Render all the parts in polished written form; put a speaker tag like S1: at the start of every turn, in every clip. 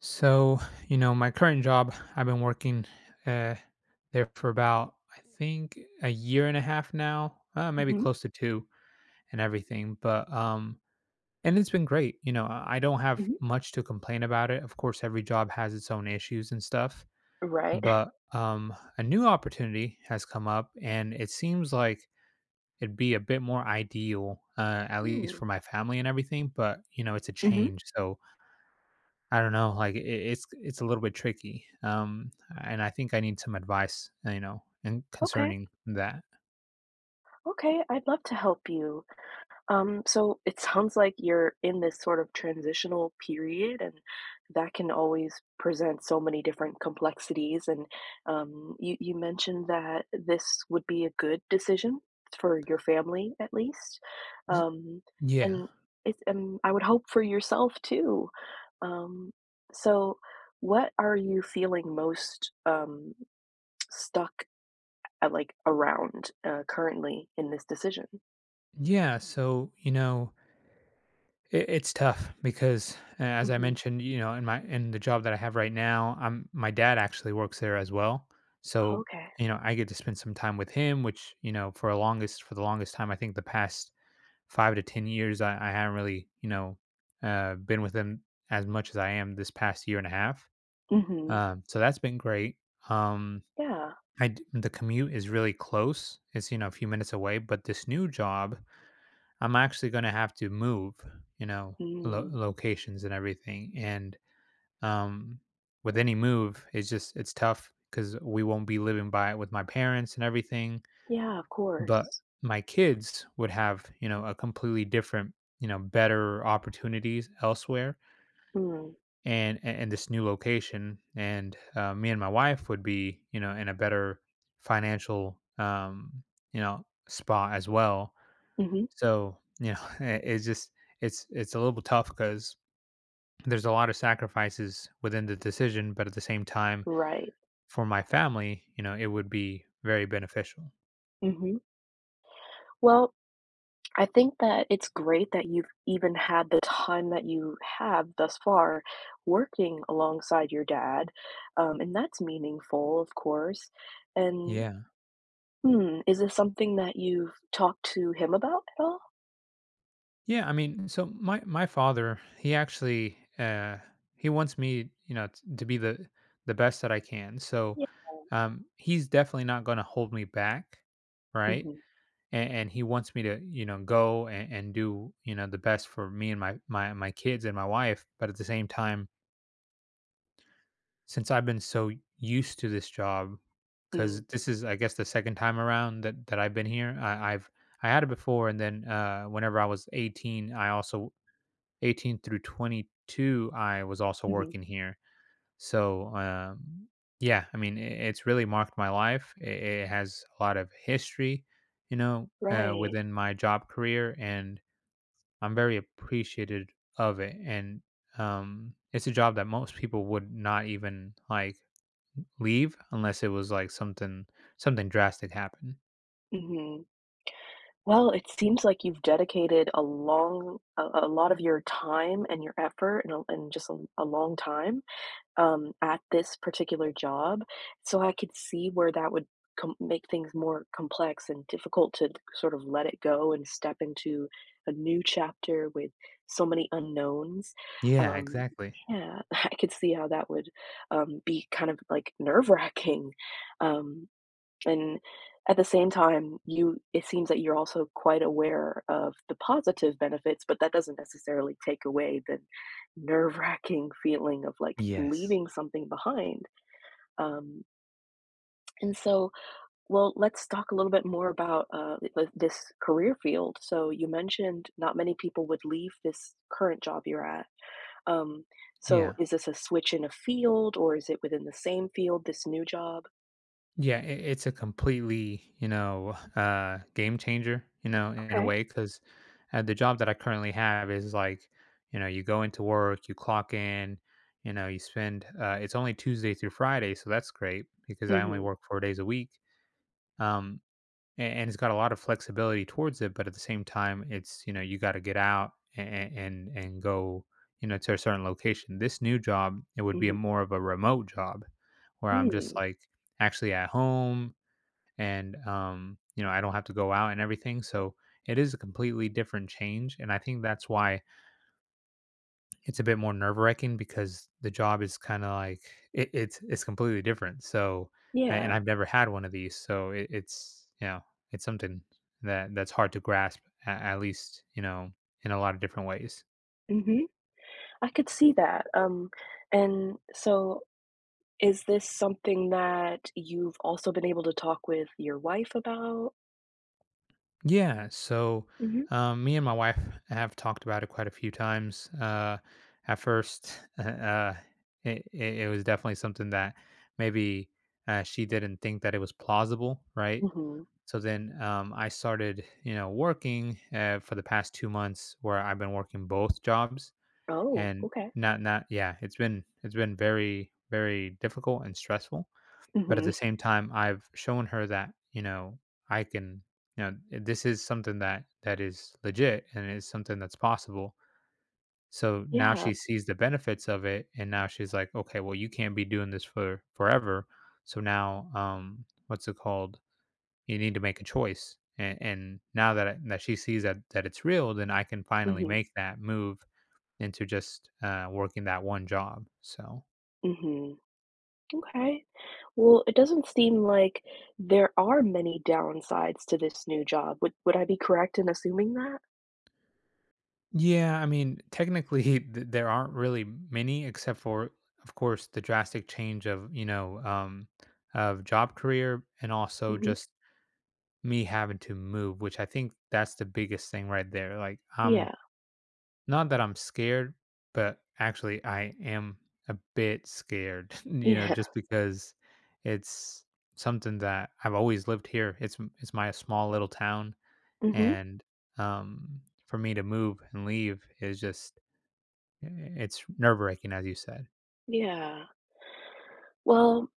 S1: So, my current job, I've been working uh, there for about, I think, a year and a half now, maybe
S2: Mhm,
S1: close to two and everything. But, and it's been great. You know, I don't have
S2: mhm.
S1: much to complain about it. Of course, every job has its own issues and stuff.
S2: Right.
S1: But a new opportunity has come up, and it seems like it'd be a bit more ideal, at least
S2: Mm,
S1: for my family and everything. But, you know, it's a
S2: mhm.
S1: change. So, I don't know, like it's a little bit tricky, and I think I need some advice, and
S2: Okay,
S1: concerning that.
S2: okay, I'd love to help you. So it sounds like you're in this sort of transitional period, and that can always present so many different complexities. And you mentioned that this would be a good decision for your family, at least.
S1: Y-
S2: Um,
S1: yeah,
S2: and it's I would hope for yourself too. Um, so what are you feeling most stuck like, around, currently in this decision.
S1: yeah. So it's tough because, as I
S2: Mhm.
S1: mentioned, you know, in the job that I have right now, I'm my dad actually works there as well, so
S2: Okay.
S1: you know, I get to spend some time with him, which you know, for the longest time, I think the past 5 to 10 years, I haven't really been with him as much as I am this past year and a half.
S2: Mhm.
S1: So that's been great. Um,
S2: Yeah.
S1: the commute is really close. It's you know a few minutes away, but this new job, I'm actually going to have to move, you know,
S2: Mm.
S1: locations and everything. And um, with any move, it's just it's tough because we won't be living by it with my parents and everything.
S2: Yeah, of
S1: But
S2: course.
S1: my kids would have you know a completely different you know better opportunities elsewhere,
S2: Mm.
S1: and this new location, and me and my wife would be you know in a better financial you know spot as well,
S2: Mhm.
S1: so you know it- it's just it's it's a little bit tough because there's a lot of sacrifices within the decision, but at the same time
S2: Right.
S1: for my family you know it would be very beneficial.
S2: Mhm. Well, I think that it's great that you've even had the time that you have thus far working alongside your dad, and that's meaningful, of course, and
S1: Yeah.
S2: hmm, is this something that you've talked to him about at all?
S1: Yeah, I mean, so my father, he actually he wants me, you know, to be the best that I can. So,
S2: Yeah.
S1: um, he's definitely not going to hold me back, right?
S2: Mhm.
S1: And he wants me to, you know, go and do, you know, the best for me and my kids and my wife, but at the same time, since I've been so used to this job cuz
S2: Mm.
S1: this is I guess the second time around that I've been here, I had it before, and then whenever I was 18, I also 18 through 22, I was also
S2: Mhm.
S1: working here. So, yeah, I mean, it's really marked my life. It has a lot of history, you know,
S2: Right.
S1: within my job career, and I'm very appreciated of it. And it's a job that most people would not even like leave unless it was like something drastic happened.
S2: Mhm. Well, it seems like you've dedicated a lot of your time and your effort and a and just a long time, at this particular job, so I could see where that would com make things more complex and difficult to sort of let it go and step into a new chapter with so many unknowns.
S1: Yeah,
S2: Um,
S1: exactly.
S2: yeah, I could see how that would, be kind of, like, nerve-wracking, um, and at the same time, you it seems that you're also quite aware of the positive benefits, but that doesn't necessarily take away the nerve-wracking feeling of, like,
S1: Yes.
S2: leaving something behind. Um, and so well, let's talk a little bit more about, th this career field. So you mentioned not many people would leave this current job you're at. Um, so
S1: Yeah.
S2: is this a switch in a field, or is it within the same field, this new job?
S1: Yeah, it's a completely, you know, game changer, you know, in a
S2: Okay.
S1: way, because the job that I currently have is like, you know, you go into work, you clock in, you know, you spend, it's only Tuesday through Friday. So that's great because I only
S2: Mhm.
S1: work 4 days a week. Um, it's got a lot of flexibility towards it. But at the same time, it's, you know, you got to get out and go, you know, to a certain location. This new job, it would be a
S2: Mhm.
S1: more of a remote job where I'm just
S2: Mm.
S1: like, actually at home, and you know, I don't have to go out and everything. So it is a completely different change, and I think that's why it's a bit more nerve wracking because the job is kind of like it's it's completely different. So and
S2: Yeah.
S1: I've never had one of these, so it's you know it's something that's hard to grasp at least you know in a lot of different ways.
S2: Mhm. I could see that, and so is this something that you've also been able to talk with your wife about?
S1: Yeah. So,
S2: Mhm.
S1: me and my wife have talked about it quite a few times. At first, it was definitely something that maybe she didn't think that it was plausible, right?
S2: Mhm.
S1: So then I started, you know, working for the past 2 months where I've been working both jobs,
S2: Oh,
S1: and
S2: okay.
S1: not not yeah, it's been very very difficult and stressful, but at the
S2: Mhm.
S1: same time, I've shown her that, you know, I can, you know, eh, this is something that is legit and is something that's possible. So now
S2: Yeah.
S1: she sees the benefits of it, and now she's like, okay, well, you can't be doing this for forever. So now, what's it called? You need to make a choice. And, that she sees that it's real, then I can finally
S2: Mhm.
S1: make that move into just working that one job. So
S2: Mhm. Okay. Well, it doesn't seem like there are many downsides to this new job. Would I be correct in assuming that?
S1: yeah, I mean, technically, there aren't really many, except for, of course, the drastic change of you know of job career, and also
S2: Mhm.
S1: just me having to move, which I think that's the biggest thing right there. Like, I'm
S2: Yeah.
S1: not that I'm scared, but actually, I am a bit scared, you know,
S2: Yeah.
S1: just because it's something that I've always lived here. It's my small little town,
S2: Mhm.
S1: and um, for me to move and leave is just it's nerve-wracking, as you said.
S2: Yeah. Well,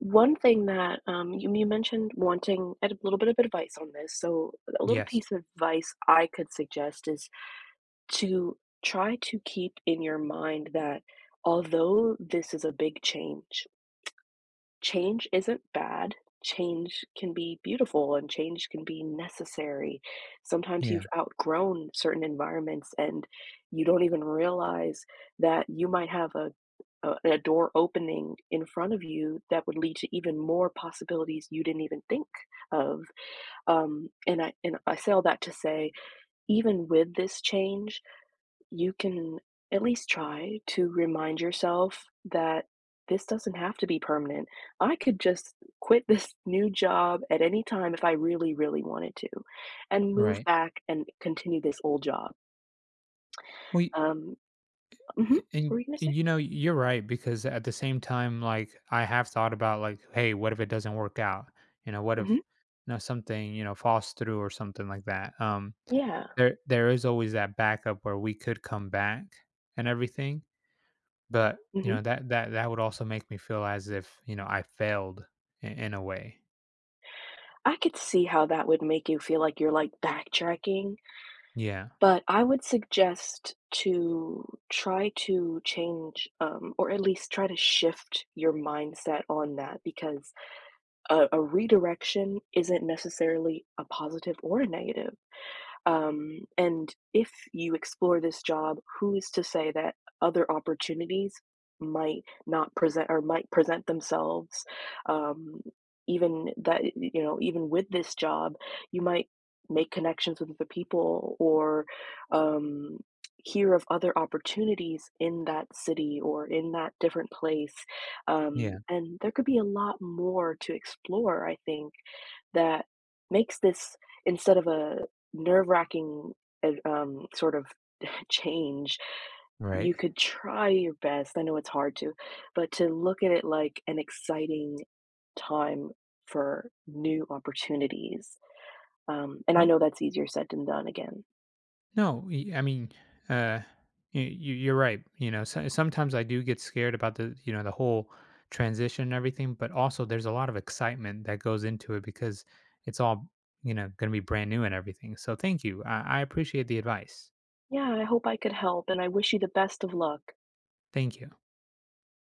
S2: one thing that, you mentioned wanting a little bit of advice on this, so a little
S1: Yes.
S2: piece of advice I could suggest is to try to keep in your mind that although this is a big change, change isn't bad. Change can be beautiful and change can be necessary. Sometimes
S1: Yeah.
S2: you've outgrown certain environments and you don't even realize that you might have a door opening in front of you that would lead to even more possibilities you didn't even think of. And I say all that to say, even with this change, you can at least try to remind yourself that this doesn't have to be permanent. I could just quit this new job at any time if I really, really wanted to, and move
S1: Right.
S2: back and continue this old job.
S1: Well, y
S2: Um, mhm, what
S1: and
S2: were you gonna say?
S1: you're right because at the same time, like, I have thought about, like, "Hey, what if it doesn't work out?" You know, what if,
S2: Mhm,
S1: you know, something, you know, falls through or something like that?
S2: yeah,
S1: There is always that backup where we could come back and everything, but, you
S2: mhm.
S1: know, that would also make me feel as if, you know, I failed I in a way.
S2: I could see how that would make you feel like you're, like, backtracking,
S1: Yeah.
S2: but I would suggest to try to change, or at least try to shift your mindset on that because a redirection isn't necessarily a positive or a negative. And if you explore this job, who is to say that other opportunities might not present or might present themselves? Um, even that, you know, even with this job, you might make connections with other people or um, hear of other opportunities in that city or in that different place.
S1: Yeah.
S2: And there could be a lot more to explore, I think, that makes this instead of a nerve-wracking, sort of change, you
S1: Right.
S2: could try your best, I know it's hard to, but to look at it like an exciting time for new opportunities, and
S1: Wh
S2: I know that's easier said than done again.
S1: No, I mean, uh, you're right. You know, so, sometimes I do get scared about you know, the whole transition and everything, but also there's a lot of excitement that goes into it because it's all, you know, going to be brand new and everything. So thank you. I appreciate the advice.
S2: Yeah, I hope I could help, and I wish you the best of luck.
S1: Thank you.